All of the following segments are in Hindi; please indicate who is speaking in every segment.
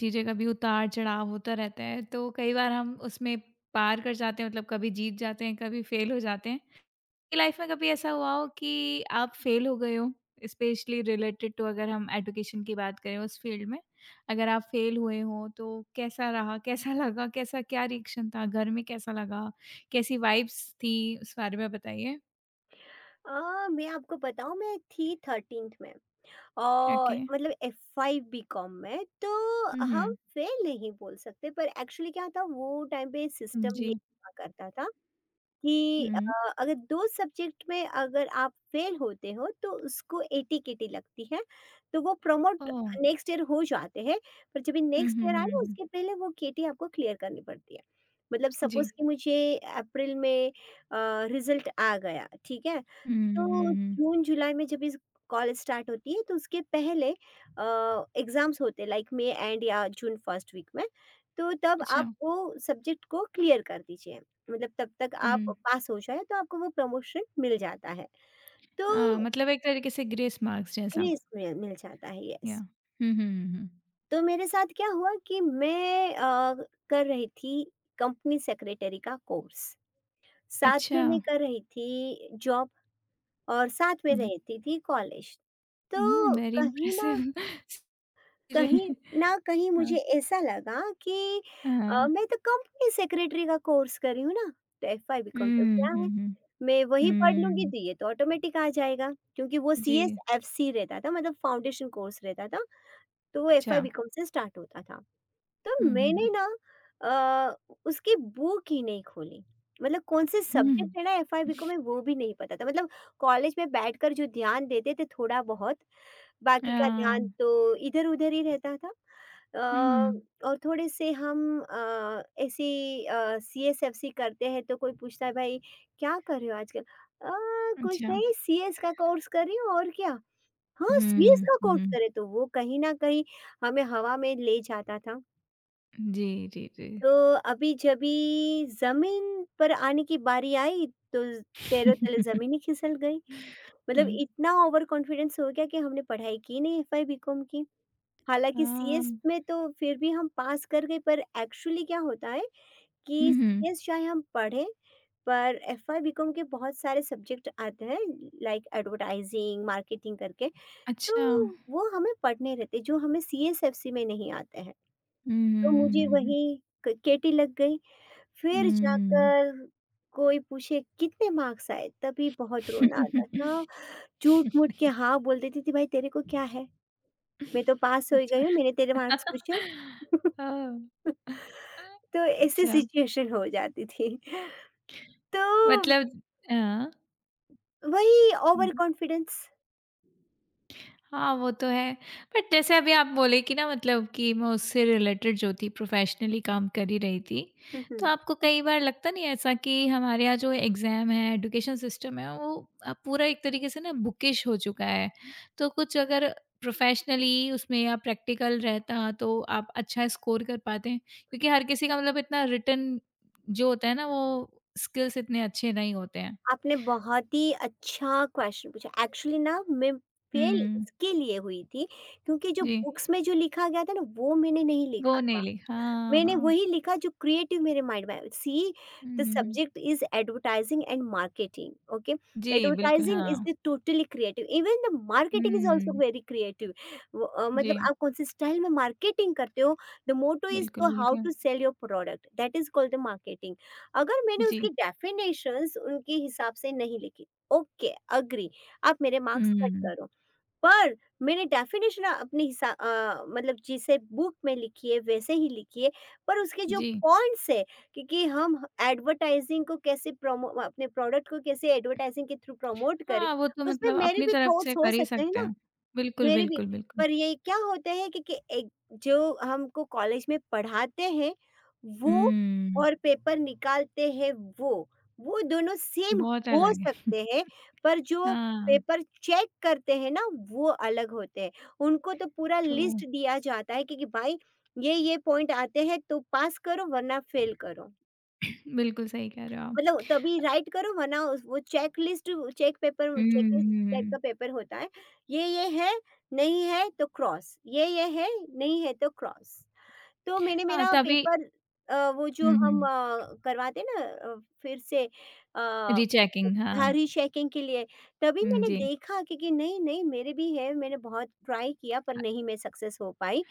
Speaker 1: चीज़ें का भी उतार-चढ़ाव होता रहता है, तो कई बार हम उसमें पार कर जाते हैं, मतलब कभी जीत जाते हैं, कभी फेल हो जाते हैं। आपकी लाइफ में कभी ऐसा हुआ हो कि आप फेल हो गए हो? स्पेशली रिलेटेड टू, अगर हम एजुकेशन की बात करें उस फील्ड में, अगर आप फेल हुए हो तो कैसा रहा? कैसा लगा? कैसा, क्या रिएक्शन था? घर में कैसा लगा? कैसी वाइब्स थी? उस बारे में बताइए।
Speaker 2: मैं आपको बताऊँ मैं थी 13th में
Speaker 1: ओके।
Speaker 2: और मतलब एफ5 बीकॉम में तो
Speaker 1: हुँ,
Speaker 2: हम
Speaker 1: हुँ।
Speaker 2: फेल नहीं बोल सकते पर एक्चुअली क्या था वो टाइम पे सिस्टम ये
Speaker 1: जी।
Speaker 2: हुआ करता था कि
Speaker 1: हुँ।
Speaker 2: अगर 2 सब्जेक्ट में अगर आप फेल होते हो तो उसको एटी-केटी लगती है। तो वो प्रमोट
Speaker 1: ओह!
Speaker 2: नेक्स्ट ईयर हो जाते हैं पर जब भी
Speaker 1: हुँ,
Speaker 2: नेक्स्ट
Speaker 1: हुँ,
Speaker 2: ईयर आए
Speaker 1: हुँ,
Speaker 2: ना
Speaker 1: हुँ।
Speaker 2: उसके पहले वो केटी आपको क्लियर करनी पड़ती है। मतलब
Speaker 1: जी।
Speaker 2: सपोज़ कि मुझे अप्रैल में रिज़ल्ट आ गया, ठीक है?
Speaker 1: हुँ, हुँ,
Speaker 2: तो
Speaker 1: हुँ।
Speaker 2: जून जुलाई में जब इस कॉलेज स्टार्ट होती है तो उसके पहले एग्ज़ाम्स होते हैं लाइक मई एंड या जून फर्स्ट वीक में, तो तब
Speaker 1: अच्छा।
Speaker 2: आप वो सब्जेक्ट को क्लियर कर दीजिए। मतलब तब तक आप
Speaker 1: हुँ।
Speaker 2: पास हो जाए तो आपको वो प्रमोशन मिल जाता है। तो
Speaker 1: मतलब एक तरीके से ग्रेस मार्क्स जैसा।
Speaker 2: ग्रेस मिल मिल जाता है,
Speaker 1: या
Speaker 2: यस।
Speaker 1: हुँ, हुँ, हुँ, हुँ।
Speaker 2: तो मेरे साथ क्या हुआ कि मैं कर रही थी कंपनी सेक्रेटरी का कोर्स, साथ
Speaker 1: अच्छा।
Speaker 2: में मैं कर रही थी जॉब और साथ में
Speaker 1: व
Speaker 2: रहती थी कॉलेज।
Speaker 1: हुँ,
Speaker 2: तो
Speaker 1: वेरी
Speaker 2: कहीं न
Speaker 1: इम्प्रेसिव।
Speaker 2: कहीं
Speaker 1: सीरिय
Speaker 2: ना कहीं
Speaker 1: हाँ,
Speaker 2: मुझे ऐसा लगा कि
Speaker 1: हाँ।
Speaker 2: मैं तो कंपनी सेक्रेटरी का कोर्स कर रही हूँ ना, तो एफवाय बीकॉम तो
Speaker 1: हुँ,
Speaker 2: क्या है?
Speaker 1: हुँ, हुँ,
Speaker 2: मैं वही पढ़ लूँगी
Speaker 1: हुँ,
Speaker 2: तो ये तो ऑटोमेटिक आ जाएगा क्योंकि वो
Speaker 1: जी,
Speaker 2: सीएसएफसी रहता था मतलब फाउंडेशन कोर्स रहता था, तो वो
Speaker 1: अच्छा।
Speaker 2: एफवाय बीकॉम से स्टार्ट होता था। तो
Speaker 1: हुँ, हुँ,
Speaker 2: मैंने
Speaker 1: हुँ।
Speaker 2: ना अ, उसकी बुक ही नहीं खोली, मतलब कौन से
Speaker 1: हुँ।
Speaker 2: सब्जेक्ट है ना एफवाय बीकॉम में वो भी नहीं पता था, मतलब कॉलेज में बैठकर जो ध्यान देते थे थोड़ा बहुत बाकी का ध्यान
Speaker 1: अ,
Speaker 2: तो इधर-उधर ही रहता था।
Speaker 1: हुँ, हुँ,
Speaker 2: अ,
Speaker 1: हुँ।
Speaker 2: और थोड़े से हम ऐसी सीएसएफसी करते हैं तो कोई पूछता है भाई क्या कर रहे हो आजकल? अ, कुछ
Speaker 1: अच्छा।
Speaker 2: नहीं सीएस का कोर्स कर रही हूँ और क्या? हाँ, सीएस
Speaker 1: हुँ,
Speaker 2: का कोर्स
Speaker 1: हुँ।
Speaker 2: करे तो वो कहीं न कहीं हमें हवा में ले जाता था।
Speaker 1: जी, जी, जी।
Speaker 2: तो अभी जब भी ज़मीन पर आने की बारी आई तो पैरों तले ज़मीन ही खिसक गई।
Speaker 1: हुँ।
Speaker 2: मतलब इतना ओवर कॉन्फिडेंस हो गया कि हमने पढ़ाई की नहीं एफए बीकॉम की।
Speaker 1: अ,
Speaker 2: हालाँकि सीएस में तो फिर भी हम पास कर गए पर एक्चुअली क्या होता है
Speaker 1: हुँ,
Speaker 2: कि
Speaker 1: हुँ।
Speaker 2: सीएस चाहे हम पढ़ें पर एफवाय बीकॉम के बहुत सारे सब्जेक्ट आते हैं लाइक एडवर्टाइजिंग, मार्केटिंग करके
Speaker 1: अच्छा।
Speaker 2: तो वो हमें पढ़ने रहते हैं जो हमें सीएसएफसी में नहीं आते हैं।
Speaker 1: हुँ,
Speaker 2: तो
Speaker 1: हुँ,
Speaker 2: मुझे
Speaker 1: हुँ, हुँ,
Speaker 2: वही क केटी लग गई फिर
Speaker 1: हुँ, हुँ।
Speaker 2: जाकर कोई पूछे कितने मार्क्स आए? तभी बहुत रोना आता था। झूठ-मूठ के हाँ बोल देती थी भाई तेरे को क्या है? मैं तो पास हो ही गई
Speaker 1: अच्छा।
Speaker 2: हूँ मैंने तेरे मार्क्स पूछे।
Speaker 1: ओह!
Speaker 2: तो ऐसी
Speaker 1: अच्छा,
Speaker 2: सिचुएशन हो जाती थी। तो
Speaker 1: मतलब हाँ।
Speaker 2: वही ओवर कॉन्फिडेंस।
Speaker 1: हाँ, वो तो है। बट जैसे अभी आप बोले कि ना, मतलब कि मैं उससे रिलेटेड जो थी, प्रोफ़ेशनली काम कर ही रही थी।
Speaker 2: हुँ,
Speaker 1: तो
Speaker 2: हुँ।
Speaker 1: आपको कई बार लगता नहीं है ऐसा कि हमारे यहाँ जो एग्ज़ाम है, एजुकेशन सिस्टम है, वो पूरा एक तरीके से ना बुकिश हो चुका है। तो कुछ अगर प्रोफ़ेशनली उसमें या प्रैक्टिकल रहता, तो आप अच्छा स्कोर कर पाते हैं, क्योंकि हर किसी का, मतलब इतना रिटन जो होता है ना, वो स्किल्स इतने अच्छे नहीं होते हैं।
Speaker 2: आपने बहुत ही अच्छा क्वेश्चन पूछा। एक्चुअली ना मैं फेल
Speaker 1: हुँ,
Speaker 2: इसके लिए हुई थी क्योंकि जो
Speaker 1: जी।
Speaker 2: बुक्स में जो लिखा गया था ना वो मैंने नहीं लिखा
Speaker 1: वो
Speaker 2: था।
Speaker 1: नहीं ली, हाँ,
Speaker 2: मैंने
Speaker 1: हाँ।
Speaker 2: वही लिखा जो क्रिएटिव मेरे माइंड में सी
Speaker 1: हुँ,
Speaker 2: द
Speaker 1: हुँ, हुँ।
Speaker 2: Subject is advertising and marketing okay.
Speaker 1: जी, बिल्कुल,
Speaker 2: एडवर्टाइजिंग इज
Speaker 1: हाँ।
Speaker 2: The totally creative, even the marketing is also
Speaker 1: हुँ,
Speaker 2: वेरी क्रिएटिव। मतलब
Speaker 1: जी,
Speaker 2: आप कौन से स्टाइल में मार्केटिंग करते हो, द मोटो इज
Speaker 1: बिल्कुल,
Speaker 2: तो हाउ
Speaker 1: बिल्कुल।
Speaker 2: To sell your product, that is called the marketing. अगर मैंने उसकी
Speaker 1: जी,
Speaker 2: डेफिनेशंस उनके हिसाब से नहीं लिखी, ओके अग्री आप मेरे मार्क्स कट
Speaker 1: हुँ,
Speaker 2: करो, पर मैंने डेफ़िनेशन अपने मतलब जिसे बुक में लिखी है वैसे ही लिखी है, पर उसके जो
Speaker 1: जी।
Speaker 2: पॉइंट्स है क्योंकि हम एडवर्टाइज़िंग को कैसे प्रोमो अपने प्रोडक्ट को कैसे एडवर्टाइज़िंग के थ्रू प्रमोट करें,
Speaker 1: हाँ, वो तो
Speaker 2: उसमें
Speaker 1: मतलब
Speaker 2: मेरे
Speaker 1: अपनी
Speaker 2: भी
Speaker 1: तरफ से
Speaker 2: थॉट्स हो
Speaker 1: कर ही
Speaker 2: सकते हैं
Speaker 1: सकते
Speaker 2: ना।
Speaker 1: हैं। बिल्कुल,
Speaker 2: मेरे भी,
Speaker 1: बिल्कुल, बिल्कुल।
Speaker 2: पर ये क्या होता है कि एक जो हमको कॉलेज में पढ़ाते हैं, वो
Speaker 1: हुँ,
Speaker 2: और पेपर निकालते हैं वो, वो दोनों सेम
Speaker 1: बहुत
Speaker 2: हो
Speaker 1: अलग है।
Speaker 2: सकते हैं, पर जो
Speaker 1: हाँ,
Speaker 2: पेपर चेक करते हैं ना, वो अलग होते हैं। उनको तो पूरा
Speaker 1: ट्रू।
Speaker 2: लिस्ट दिया जाता है कि भाई, ये-ये पॉइंट आते हैं तो पास करो वरना फ़ेल करो।
Speaker 1: बिल्कुल सही कह रहे हो
Speaker 2: मतलब
Speaker 1: आप।
Speaker 2: तभी राइट करो वरना वो चेकलिस्ट चेक पेपर
Speaker 1: हुँ,
Speaker 2: चेकलिस्ट टाइप का
Speaker 1: हुँ।
Speaker 2: पेपर होता है। ये है, नहीं है तो क्रॉस, ये है, नहीं है तो क्रॉस। तो मैंने
Speaker 1: हाँ,
Speaker 2: मेरा
Speaker 1: तभी
Speaker 2: पेपर वो जो
Speaker 1: हुँ,
Speaker 2: हम
Speaker 1: हुँ,
Speaker 2: करवाते हैं ना अ, फिर से अ,
Speaker 1: रीचेकिंग, हाँ।
Speaker 2: हाँ, रीचेकिंग के लिए। तभी
Speaker 1: हुँ,
Speaker 2: मैंने
Speaker 1: जी।
Speaker 2: देखा कि नहीं, नहीं मेरे भी है, मैंने बहुत ट्राई किया पर नहीं मैं सक्सेस हो पाई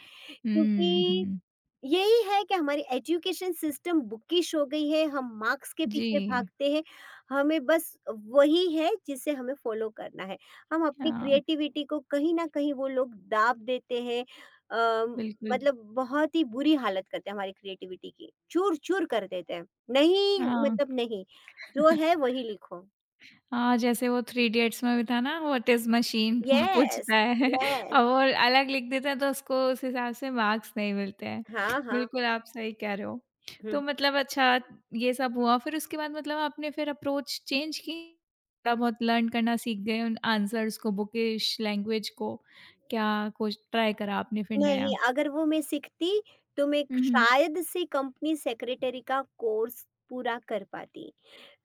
Speaker 1: हुँ,
Speaker 2: क्योंकि
Speaker 1: हुँ।
Speaker 2: यही है कि हमारी एजुकेशन सिस्टम बुकिश हो गई है, हम मार्क्स के
Speaker 1: जी,
Speaker 2: पीछे भागते हैं, हमें बस वही है जिसे हमें फ़ॉलो करना है। हम अपनी
Speaker 1: हाँ,
Speaker 2: क्रिएटिविटी को कहीं न कहीं वो लोग दाब देते हैं। अ,
Speaker 1: बिल्कुल,
Speaker 2: मतलब बहुत ही बुरी हालत करते हैं हमारी क्रिएटिविटी की, चूर-चूर कर देते हैं। नहीं
Speaker 1: हाँ।
Speaker 2: मतलब नहीं, जो है वही लिखो।
Speaker 1: हाँ, जैसे वो थ्री इडियट्स में भी था ना, व्हाट इज़ मशीन, वो
Speaker 2: यस,
Speaker 1: पूछता है,
Speaker 2: यस।
Speaker 1: और वो अलग लिख देता है, तो उसको उस हिसाब से मार्क्स नहीं मिलते हैं।
Speaker 2: हाँ, हाँ।
Speaker 1: बिल्कुल आप सही कह रहे हो।
Speaker 2: हुँ,
Speaker 1: तो मतलब अच्छा, ये सब हुआ, फिर उसके बाद मतलब आपने फिर अप्रोच चेंज की? थोड़ा बहुत लर्न करना सीख गए उन आंसर्स को, बुकिश लैंग्वेज को? क्या कुछ ट्राई करा आपने फिर
Speaker 2: नहीं,
Speaker 1: नया?
Speaker 2: अगर वो मैं सीखती, तो मैं
Speaker 1: हुँ, हुँ।
Speaker 2: शायद से कंपनी सेक्रेटरी का कोर्स पूरा कर पाती।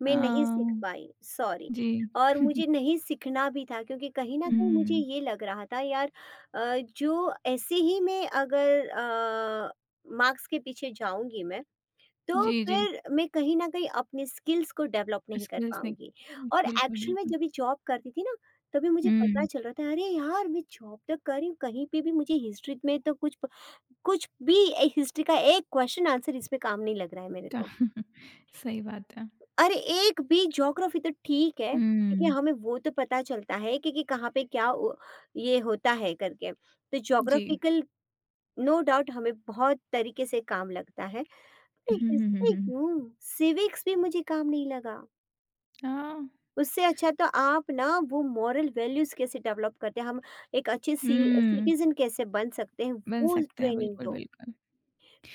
Speaker 2: मैं नहीं सीख
Speaker 1: हाँ,
Speaker 2: पाई, सॉरी।
Speaker 1: जी।
Speaker 2: और मुझे नहीं सीखना भी था क्योंकि कहीं न कहीं मुझे
Speaker 1: हुँ,
Speaker 2: ये लग रहा था यार, जो ऐसे ही मैं अगर मार्क्स के पीछे जाऊँगी मैं, तो
Speaker 1: जी, जी।
Speaker 2: फिर मैं कहीं न कहीं अपने स्किल्स को डेवलप नहीं कर
Speaker 1: स्किल्स
Speaker 2: पाऊँगी।
Speaker 1: नहीं,
Speaker 2: और
Speaker 1: बिल्कुल,
Speaker 2: एक्चुअल में
Speaker 1: बिल्कुल।
Speaker 2: जब ये जॉब करती थी ना, तभी मुझे पता
Speaker 1: हुँ।
Speaker 2: चल रहा था, अरे यार! मैं जॉब तो कर रही हूँ, कहीं पे भी मुझे हिस्ट्री में तो कुछ भी ए हिस्ट्री का एक क्वेश्चन आंसर इसमें काम नहीं लग रहा है मेरे
Speaker 1: का
Speaker 2: को।
Speaker 1: सही बात है।
Speaker 2: अरे एक भी ज्योग्राफी तो ठीक है, क्योंकि
Speaker 1: हुँ,
Speaker 2: हमें वो तो पता चलता है कि कहाँ पे क्या ओ ये होता है करके। तो
Speaker 1: जी।
Speaker 2: ज्योग्राफिकल नो डाउट हमें बहुत तरीके से काम लगता है। अरे!
Speaker 1: हुँ, हुँ, हुँ,
Speaker 2: हिस्ट्री
Speaker 1: हुँ।
Speaker 2: क्यों? सिविक्स भी मुझे काम नहीं लगा।
Speaker 1: हाँ,
Speaker 2: उससे अच्छा तो आप ना वो मॉरल वैल्यूज़ कैसे डेवलप करते हैं, हम एक अच्छे सि
Speaker 1: हुँ,
Speaker 2: सिटीज़न कैसे बन सकते हैं,
Speaker 1: बन
Speaker 2: वो
Speaker 1: सकते हैं,
Speaker 2: ट्रेनिंग
Speaker 1: बिल्कुल,
Speaker 2: दो।
Speaker 1: बिल्कुल।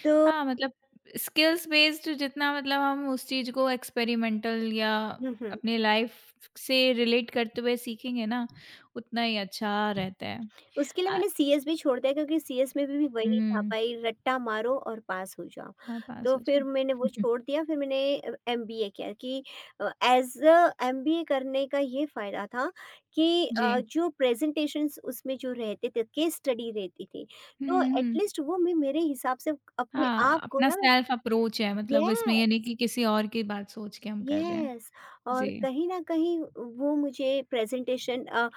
Speaker 2: तो
Speaker 1: हाँ, मतलब स्किल्स बेस्ड जितना, मतलब हम उस चीज़ को एक्सपेरिमेंटल या
Speaker 2: हुँ, हुँ।
Speaker 1: अपने लाइफ़ से रिलेट करते हुए सीखेंगे ना, उतना ही अच्छा रहता है।
Speaker 2: उसके लिए
Speaker 1: अ,
Speaker 2: मैंने सीएस भी छोड़ दिया क्योंकि सीएस में भी वही था
Speaker 1: हुँ,
Speaker 2: भाई रट्टा मारो और पास हो जाओ।
Speaker 1: हर पास
Speaker 2: तो
Speaker 1: हो
Speaker 2: फिर
Speaker 1: जाओ।
Speaker 2: मैंने वो छोड़ दिया फिर मैंने एमबीए किया कि एज़ अ एमबीए करने का ये फ़ायदा था कि
Speaker 1: जी।
Speaker 2: जो प्रेज़ेंटेशंस उसमें जो रहते थे केस स्टडी रहती थी, तो
Speaker 1: हुँ, हुँ।
Speaker 2: एटलीस्ट वो मैं मेरे हिसाब से अपने
Speaker 1: हाँ,
Speaker 2: आप को
Speaker 1: अपना
Speaker 2: ना
Speaker 1: सेल्फ अप्रोच है, मतलब इसमें ये नहीं
Speaker 2: येस,
Speaker 1: कि किसी और की बात सोच के हम कर रहे हैं।
Speaker 2: येस और
Speaker 1: जी।
Speaker 2: कहीं न कहीं वो मुझे प्रेज़ेंटेशन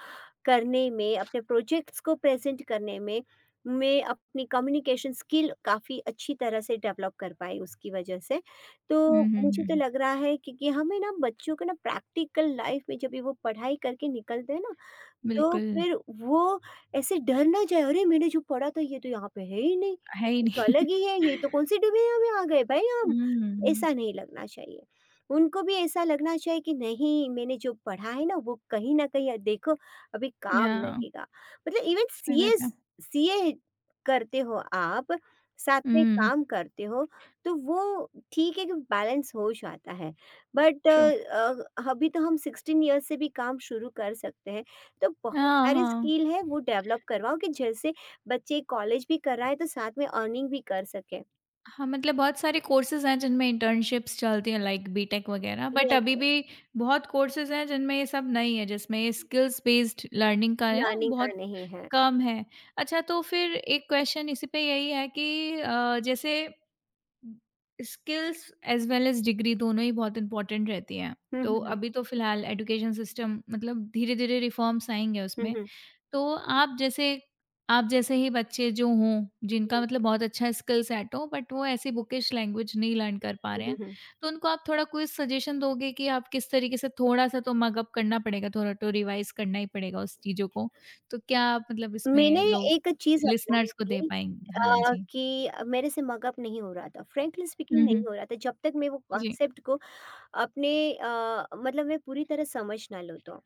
Speaker 2: करने में, अपने प्रोजेक्ट्स को प्रेज़ेंट करने में, मैं अपनी कम्युनिकेशन स्किल काफ़ी अच्छी तरह से डेवलप कर पाई उसकी वजह से।
Speaker 1: हुँ,
Speaker 2: तो
Speaker 1: हुँ, हुँ,
Speaker 2: मुझे तो
Speaker 1: हुँ।
Speaker 2: लग रहा है कि हमें ना बच्चों को ना प्रैक्टिकल लाइफ़ में जब भी वो पढ़ाई करके निकलते हैं ना तो
Speaker 1: बिल्कुल,
Speaker 2: फिर वो ऐसे डर ना जाए, "अरे! मैंने जो पढ़ा था ये तो यहाँ पे है ही नहीं,
Speaker 1: है ही
Speaker 2: कुछ
Speaker 1: नहीं।
Speaker 2: अलग ही है, ये तो कौन सी दुनिया में आ गए भई हम।"
Speaker 1: हुँ,
Speaker 2: ऐसा नहीं लगना चाहिए। उनको भी ऐसा लगना चाहिए कि नहीं मैंने जो पढ़ा है ना वो कहीं न कहीं देखो अभी
Speaker 1: या
Speaker 2: काम लगेगा। मतलब इवन
Speaker 1: सही बात
Speaker 2: सीएस
Speaker 1: है।
Speaker 2: सीए करते हो आप, साथ में
Speaker 1: हुँ,
Speaker 2: काम करते हो, तो वो ठीक है कि बैलेंस हो जाता है। But
Speaker 1: true.
Speaker 2: अभी तो हम 16 ईयर्स से भी काम शुरू कर सकते हैं। तो बहुत
Speaker 1: हाँ,
Speaker 2: सारे
Speaker 1: हाँ।
Speaker 2: स्किल है वो डेवलप करवाओ कि जैसे बच्चे कॉलेज भी कर रहा है तो साथ में अर्निंग भी कर सके।
Speaker 1: हाँ, मतलब बहुत सारे कोर्सेज़ हैं जिनमें इंटर्नशिप्स चलती हैं, लाइक बीटेक वगैरह, बट
Speaker 2: यस,
Speaker 1: अभी भी बहुत कोर्सेज़ हैं जिनमें ये सब नहीं है, जिसमें ये स्किल्स बेस्ड लर्निंग का है ना,
Speaker 2: लर्निंग का
Speaker 1: बहुत
Speaker 2: नहीं है।
Speaker 1: कम है। अच्छा, तो फिर एक क्वेश्चन इसी पे, यही है कि जैसे skills as well as degree दोनों ही बहुत इम्पोर्टेंट रहती हैं।
Speaker 2: हुँ, हुँ,
Speaker 1: तो
Speaker 2: हुँ।
Speaker 1: अभी तो फ़िलहाल एजुकेशन सिस्टम मतलब धीरे-धीरे रिफ़ॉर्म्स आएँगे
Speaker 2: हुँ,
Speaker 1: उसमें।
Speaker 2: हुँ,
Speaker 1: तो आप जैसे ही बच्चे जो हों, जिनका
Speaker 2: हुँ,
Speaker 1: मतलब बहुत अच्छा स्किल सेट हो, बट वो ऐसी बुकिश लैंग्वेज नहीं लर्न कर पा
Speaker 2: हुँ,
Speaker 1: रहे
Speaker 2: हुँ,
Speaker 1: हैं,
Speaker 2: हुँ।
Speaker 1: तो उनको आप थोड़ा कोई सजेशन दोगे कि आप किस तरीके से थोड़ा-सा तो मग अप करना पड़ेगा, थोड़ा तो रिवाइज़ करना ही पड़ेगा उस चीज़ों को। तो क्या आप मतलब
Speaker 2: मैंने
Speaker 1: इसमें लोग
Speaker 2: एक चीज़ अपनाई
Speaker 1: लिसनर्स को दे
Speaker 2: थी,
Speaker 1: पाएँगे? हाँ जी।
Speaker 2: कि मेरे से मग अप नहीं हो रहा था, फ्रैंकली स्पीकिंग
Speaker 1: हुँ,
Speaker 2: नहीं
Speaker 1: हुँ।
Speaker 2: हो रहा था। जब तक मैं वो
Speaker 1: जी।
Speaker 2: कॉन्सेप्ट को अपने मतलब मैं पूरी तरह समझ ना लूँ तो।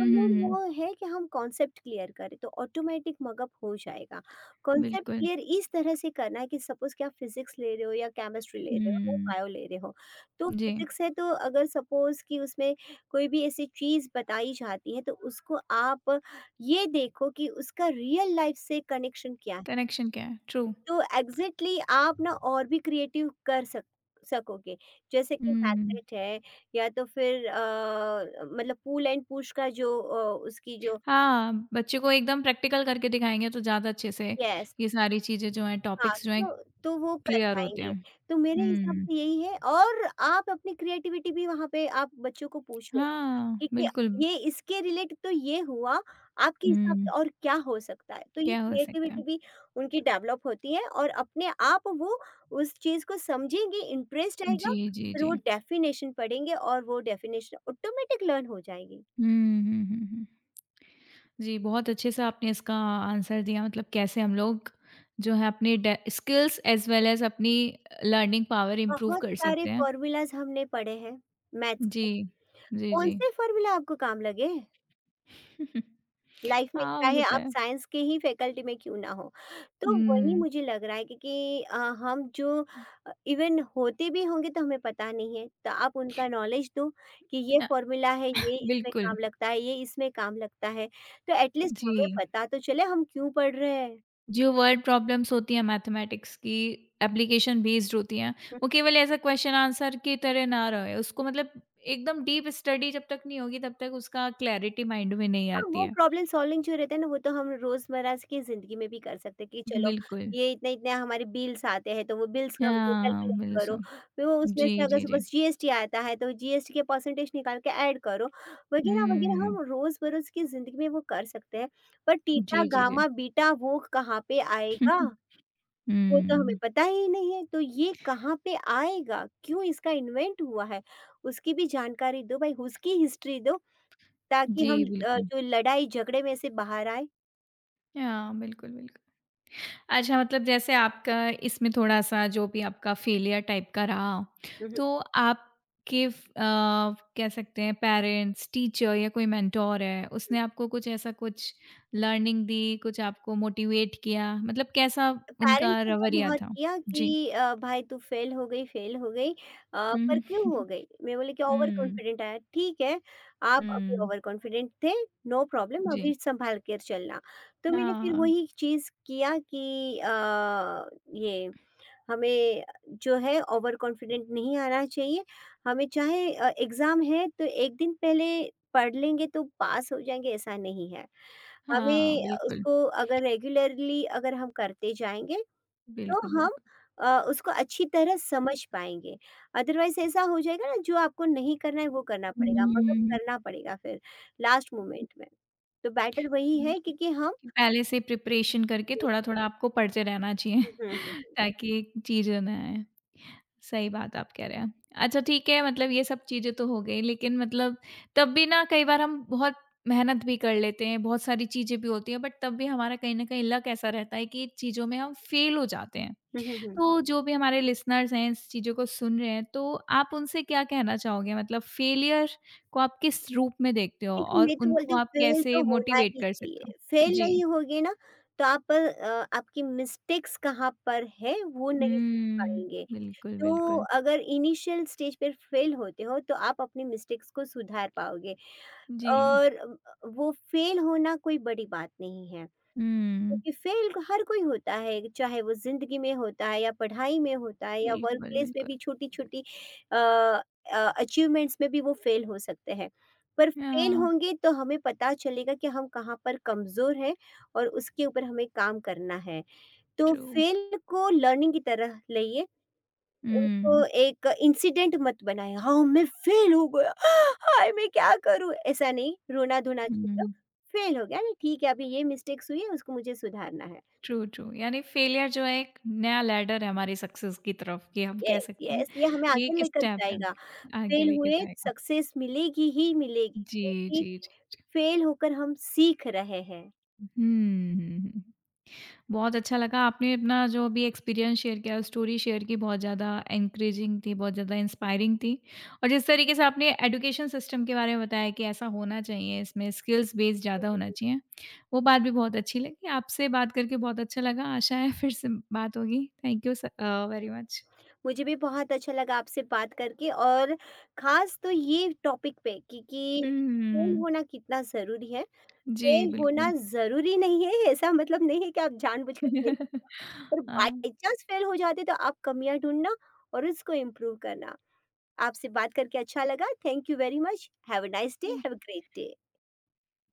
Speaker 2: तो
Speaker 1: हुँ,
Speaker 2: मेन
Speaker 1: हुँ।
Speaker 2: वो है कि हम कॉन्सेप्ट क्लियर करें तो ऑटोमेटिक मगअप हो जाएगा। कॉन्सेप्ट
Speaker 1: बिल्कुल।
Speaker 2: क्लियर इस तरह से करना है कि सपोज़ कि आप फ़िज़िक्स ले रहे हो या केमिस्ट्री ले रहे हो या
Speaker 1: हुँ,
Speaker 2: बायो ले रहे हो। तो
Speaker 1: जी,
Speaker 2: फ़िज़िक्स है तो अगर सपोज़ कि उसमें कोई भी ऐसी चीज़ बताई जाती है तो उसको आप ये देखो कि उसका रियल लाइफ़ से कनेक्शन क्या।
Speaker 1: कनेक्शन क्या है? ट्रू।
Speaker 2: तो एग्जैक्टली exactly आप ना और भी क्रिएटिव कर सक सकोगे जैसे कि
Speaker 1: हुँ,
Speaker 2: मैथड है या तो फिर मतलब पुल एंड पुश का जो उसकी जो
Speaker 1: हाँ, बच्चे को एकदम प्रैक्टिकल करके दिखाएँगे तो ज़्यादा अच्छे से
Speaker 2: यस
Speaker 1: ये सारी चीज़ें जो हैं,
Speaker 2: हाँ
Speaker 1: टॉपिक्स जो हैं,
Speaker 2: तो वो कर
Speaker 1: क्लियर होते
Speaker 2: पाएंगे
Speaker 1: हैं।
Speaker 2: तो मेरे हिसाब
Speaker 1: हुँ,
Speaker 2: से यही है और आप अपनी क्रिएटिविटी भी वहाँ पे आप बच्चों को पूछो
Speaker 1: हाँ,
Speaker 2: क्योंकि
Speaker 1: बिल्कुल।
Speaker 2: ये इसके रिलेट तो ये हुआ, आपके हिसाब से
Speaker 1: हुँ,
Speaker 2: और क्या हो सकता है? तो ये
Speaker 1: क्या हो सकता
Speaker 2: क्रिएटिविटी
Speaker 1: है?
Speaker 2: भी उनकी डेवलप होती है और अपने आप वो उस चीज़ को समझेंगे, इंटरेस्ट आएगा,
Speaker 1: जी, जी,
Speaker 2: फिर
Speaker 1: जी।
Speaker 2: वो डेफिनेशन पढ़ेंगे और वो डेफिनेशन ऑटोमेटिक लर्न हो जाएगी।
Speaker 1: हुँ, हुँ, हुँ, हुँ। जी, बहुत अच्छे से आपने इसका आंसर दिया, मतलब कैसे हम लोग जो है अपने day skills as well as अपनी लर्निंग पावर इम्प्रूव
Speaker 2: बहुत
Speaker 1: कर
Speaker 2: सारे
Speaker 1: सकते हैं।
Speaker 2: फ़ॉर्मूलाज़ हमने पढ़े हैं मैथ्स के,
Speaker 1: जी, जी,
Speaker 2: कौन
Speaker 1: जी।
Speaker 2: से फ़ॉर्मूला आपको काम लगे? लाइफ में
Speaker 1: हाँ,
Speaker 2: चाहे
Speaker 1: होता
Speaker 2: आप
Speaker 1: है।
Speaker 2: साइंस के ही फैकल्टी में क्यों ना हो। तो वही
Speaker 1: हुँ।
Speaker 2: मुझे लग रहा है क्योंकि हम जो इवन होते भी होंगे तो हमें पता नहीं है। तो आप उनका नॉलेज दो कि ये
Speaker 1: अ,
Speaker 2: फ़ॉर्मूला है, ये इसमें
Speaker 1: बिल्कुल।
Speaker 2: काम लगता है, ये इसमें काम लगता है। तो एट लीस्ट
Speaker 1: जी,
Speaker 2: हमें पता तो चले हम क्यों पढ़ रहे हैं।
Speaker 1: जो वर्ड प्रॉब्लम्स होती हैं मैथमेटिक्स की, एप्लीकेशन बेस्ड होती हैं, वो केवल ऐसा क्वेश्चन आंसर की तरह ना रहे। उसको मतलब एकदम डीप स्टडी जब तक नहीं होगी, तब तक उसका क्लैरिटी माइंड में नहीं
Speaker 2: हाँ,
Speaker 1: आती
Speaker 2: वो
Speaker 1: है।
Speaker 2: प्रॉब्लम सॉल्विंग जो रहता है ना, वो तो हम रोज़मर्रा की ज़िंदगी में भी कर सकते हैं कि चलो,
Speaker 1: बिल्कुल।
Speaker 2: ये इतने-इतने हमारे बिल्स आते हैं, तो वो बिल्स का हमको
Speaker 1: हाँ,
Speaker 2: कैलकुलेट करो।
Speaker 1: बिल्कुल।
Speaker 2: फिर वो उसमें
Speaker 1: जी,
Speaker 2: से अगर
Speaker 1: जी, जी।
Speaker 2: सपोज़ जीएसटी आता है, तो जीएसटी के परसेंटेज निकाल के ऐड करो, वगैरह-वगैरह
Speaker 1: हुँ।
Speaker 2: हम रोज़-बरोज़ की ज़िंदगी में वो कर सकते हैं। पर टीटा,
Speaker 1: जी, जी, जी।
Speaker 2: गामा, बीटा वो कहाँ पे आएगा, वो तो हमें
Speaker 1: हुँ।
Speaker 2: पता ही नहीं है। तो ये कहाँ पे आएगा, क्यों इसका इन्वेंट हुआ है, उसकी भी जानकारी दो भाई, उसकी हिस्ट्री दो। ताकि
Speaker 1: जी,
Speaker 2: हम
Speaker 1: बिल्कुल।
Speaker 2: जो लड़ाई झगड़े में से बाहर आए।
Speaker 1: हाँ, बिल्कुल, बिल्कुल। अच्छा, मतलब जैसे आपका इसमें थोड़ा-सा जो भी आपका फेलियर टाइप का रहा,
Speaker 2: हुँ, हुँ,
Speaker 1: तो आपके कह सकते हैं पेरेंट्स, टीचर या कोई मेंटर है,
Speaker 2: हुँ।
Speaker 1: उसने आपको कुछ ऐसा कुछ लर्निंग दी, कुछ आपको मोटिवेट किया? मतलब कैसा
Speaker 2: पेरेंट्स
Speaker 1: उनका
Speaker 2: ने तो
Speaker 1: रवैया
Speaker 2: बहुत
Speaker 1: था?
Speaker 2: किया
Speaker 1: जी।
Speaker 2: कि भाई तू फेल हो गई,
Speaker 1: हुँ,
Speaker 2: पर
Speaker 1: हुँ।
Speaker 2: क्यों हो गई? मैं बोली कि ओवर
Speaker 1: हुँ,
Speaker 2: कॉन्फिडेंट आया। ठीक है, आप अभी
Speaker 1: हुँ।
Speaker 2: ओवर कॉन्फिडेंट थे, नो प्रॉब्लम अभी
Speaker 1: जी।
Speaker 2: सँभाल कर चलना। तो मैंने
Speaker 1: हाँ,
Speaker 2: फिर
Speaker 1: हाँ।
Speaker 2: वही चीज़ किया कि ये हमें जो है ओवर कॉन्फिडेंट नहीं आना चाहिए। हमें चाहे एग्ज़ाम है तो 1 दिन पहले पढ़ लेंगे तो पास हो जाएँगे ऐसा नहीं है।
Speaker 1: हाँ,
Speaker 2: हमें
Speaker 1: बिल्कुल।
Speaker 2: उसको अगर रेगुलरली अगर हम करते जाएँगे तो
Speaker 1: बिल्कुल,
Speaker 2: हम
Speaker 1: बिल्कुल।
Speaker 2: उसको अच्छी तरह समझ पाएँगे। अदरवाइज़ ऐसा हो जाएगा ना जो आपको नहीं करना है वो करना पड़ेगा मगर
Speaker 1: हुँ।
Speaker 2: करना पड़ेगा फिर लास्ट मोमेंट में। तो बेटर वही है कि हम
Speaker 1: कि पहले से प्रिपरेशन करके थोड़ा-थोड़ा आपको पढ़ते रहना चाहिए,
Speaker 2: हुँ, हुँ, हुँ।
Speaker 1: ताकि चीज़ें ना आए। सही बात आप कह रहे हैं। अच्छा ठीक है, मतलब ये सब चीज़ें तो हो गई, लेकिन मतलब तब भी ना कई बार हम बहुत मेहनत भी कर लेते हैं, बहुत सारी चीज़ें भी होती हैं, बट तब भी हमारा कहीं न कहीं लक ऐसा रहता है कि चीज़ों में हम फ़ेल हो जाते हैं।
Speaker 2: हुँ, हुँ, हुँ।
Speaker 1: तो जो भी हमारे लिसनर्स हैं, इस चीज़ों को सुन रहे हैं, तो आप उनसे क्या कहना चाहोगे? मतलब फ़ेलियर को आप किस रूप में देखते हो,
Speaker 2: देखो
Speaker 1: और
Speaker 2: मैं तो बोलती
Speaker 1: उनको
Speaker 2: हूँ
Speaker 1: आप
Speaker 2: फेल
Speaker 1: कैसे
Speaker 2: तो होना
Speaker 1: मोटिवेट
Speaker 2: ही
Speaker 1: कर सकते हो?
Speaker 2: चाहिए। फेल
Speaker 1: जी।
Speaker 2: नहीं होगे ना तो आप आपकी मिस्टेक्स कहाँ पर है वो नहीं सीख
Speaker 1: हुँ,
Speaker 2: पाएँगे।
Speaker 1: बिल्कुल,
Speaker 2: तो
Speaker 1: बिल्कुल।
Speaker 2: अगर इनिशियल स्टेज पर फेल होते हो तो आप अपने मिस्टेक्स को सुधार पाओगे
Speaker 1: जी,
Speaker 2: और वो फेल होना कोई बड़ी बात नहीं है
Speaker 1: हुँ,
Speaker 2: क्योंकि फेल हर कोई होता है चाहे वो जिंदगी में होता है या पढ़ाई में होता है या वर्क
Speaker 1: बिल्कुल,
Speaker 2: प्लेस में
Speaker 1: बिल्कुल।
Speaker 2: भी छोटी छोटी अचीवमेंट्स में भी वो फेल हो सकते हैं पर फेल
Speaker 1: हाँ,
Speaker 2: होंगे तो हमें पता चलेगा कि हम कहाँ पर कमज़ोर हैं और उसके ऊपर हमें काम करना है तो
Speaker 1: ट्रू।
Speaker 2: फेल को लर्निंग की तरह लइए उनको
Speaker 1: हुँ,
Speaker 2: एक इंसिडेंट मत बनाएँ, हाँ, मैं फ़ेल हो गया, हाय! मैं क्या करूँ? ऐसा नहीं, रोना-धोना छोड़ो,
Speaker 1: हुँ,
Speaker 2: फ़ेल हो गया ना, ठीक है, अभी ये मिस्टेक्स हुई है, उसको मुझे सुधारना है।
Speaker 1: True, true. यानी फेलियर जो है एक नया लैडर है हमारी सक्सेस की तरफ, ये हम कह
Speaker 2: येस,
Speaker 1: सकते हैं।
Speaker 2: येस, ये हमें
Speaker 1: ये
Speaker 2: आगे
Speaker 1: एक
Speaker 2: लेकर
Speaker 1: स्टेप है,
Speaker 2: जाएगा।
Speaker 1: आगे
Speaker 2: फ़ेल
Speaker 1: लेके
Speaker 2: हुए,
Speaker 1: जाएगा।
Speaker 2: सक्सेस मिलेगी ही मिलेगी,
Speaker 1: जी,
Speaker 2: क्योंकि
Speaker 1: जी, जी।
Speaker 2: फ़ेल होकर हम सीख रहे हैं।
Speaker 1: हुँ, हुँ, हुँ। बहुत अच्छा लगा आपने अपना जो भी एक्सपीरियंस शेयर किया, स्टोरी शेयर की, बहुत ज़्यादा एनकरेजिंग थी, बहुत ज़्यादा इंस्पायरिंग थी। और जिस तरीके से आपने एजुकेशन सिस्टम के बारे में बताया कि ऐसा होना चाहिए, इसमें स्किल्स बेस्ड ज़्यादा होना चाहिए, वो बात भी बहुत अच्छी लगी। आपसे बात करके बहुत अच्छा लगा, आशा है फिर से बात होगी। Thank you very much.
Speaker 2: मुझे भी बहुत अच्छा लगा आपसे बात करके और ख़ास तो ये टॉपिक पे कि फ़ेल
Speaker 1: हम्म,
Speaker 2: होना कितना ज़रूरी है
Speaker 1: जी
Speaker 2: फेल होना
Speaker 1: बिल्कुल।
Speaker 2: ज़रूरी नहीं है, ऐसा मतलब नहीं है कि आप जानबूझकर फेल और
Speaker 1: हाँ,
Speaker 2: बाई चांस फेल हो जाते तो आप कमियाँ ढूँढना और उसको इम्प्रूव करना। आपसे बात करके अच्छा लगा, thank you very much, have a nice day,
Speaker 1: thank.
Speaker 2: Have a great day.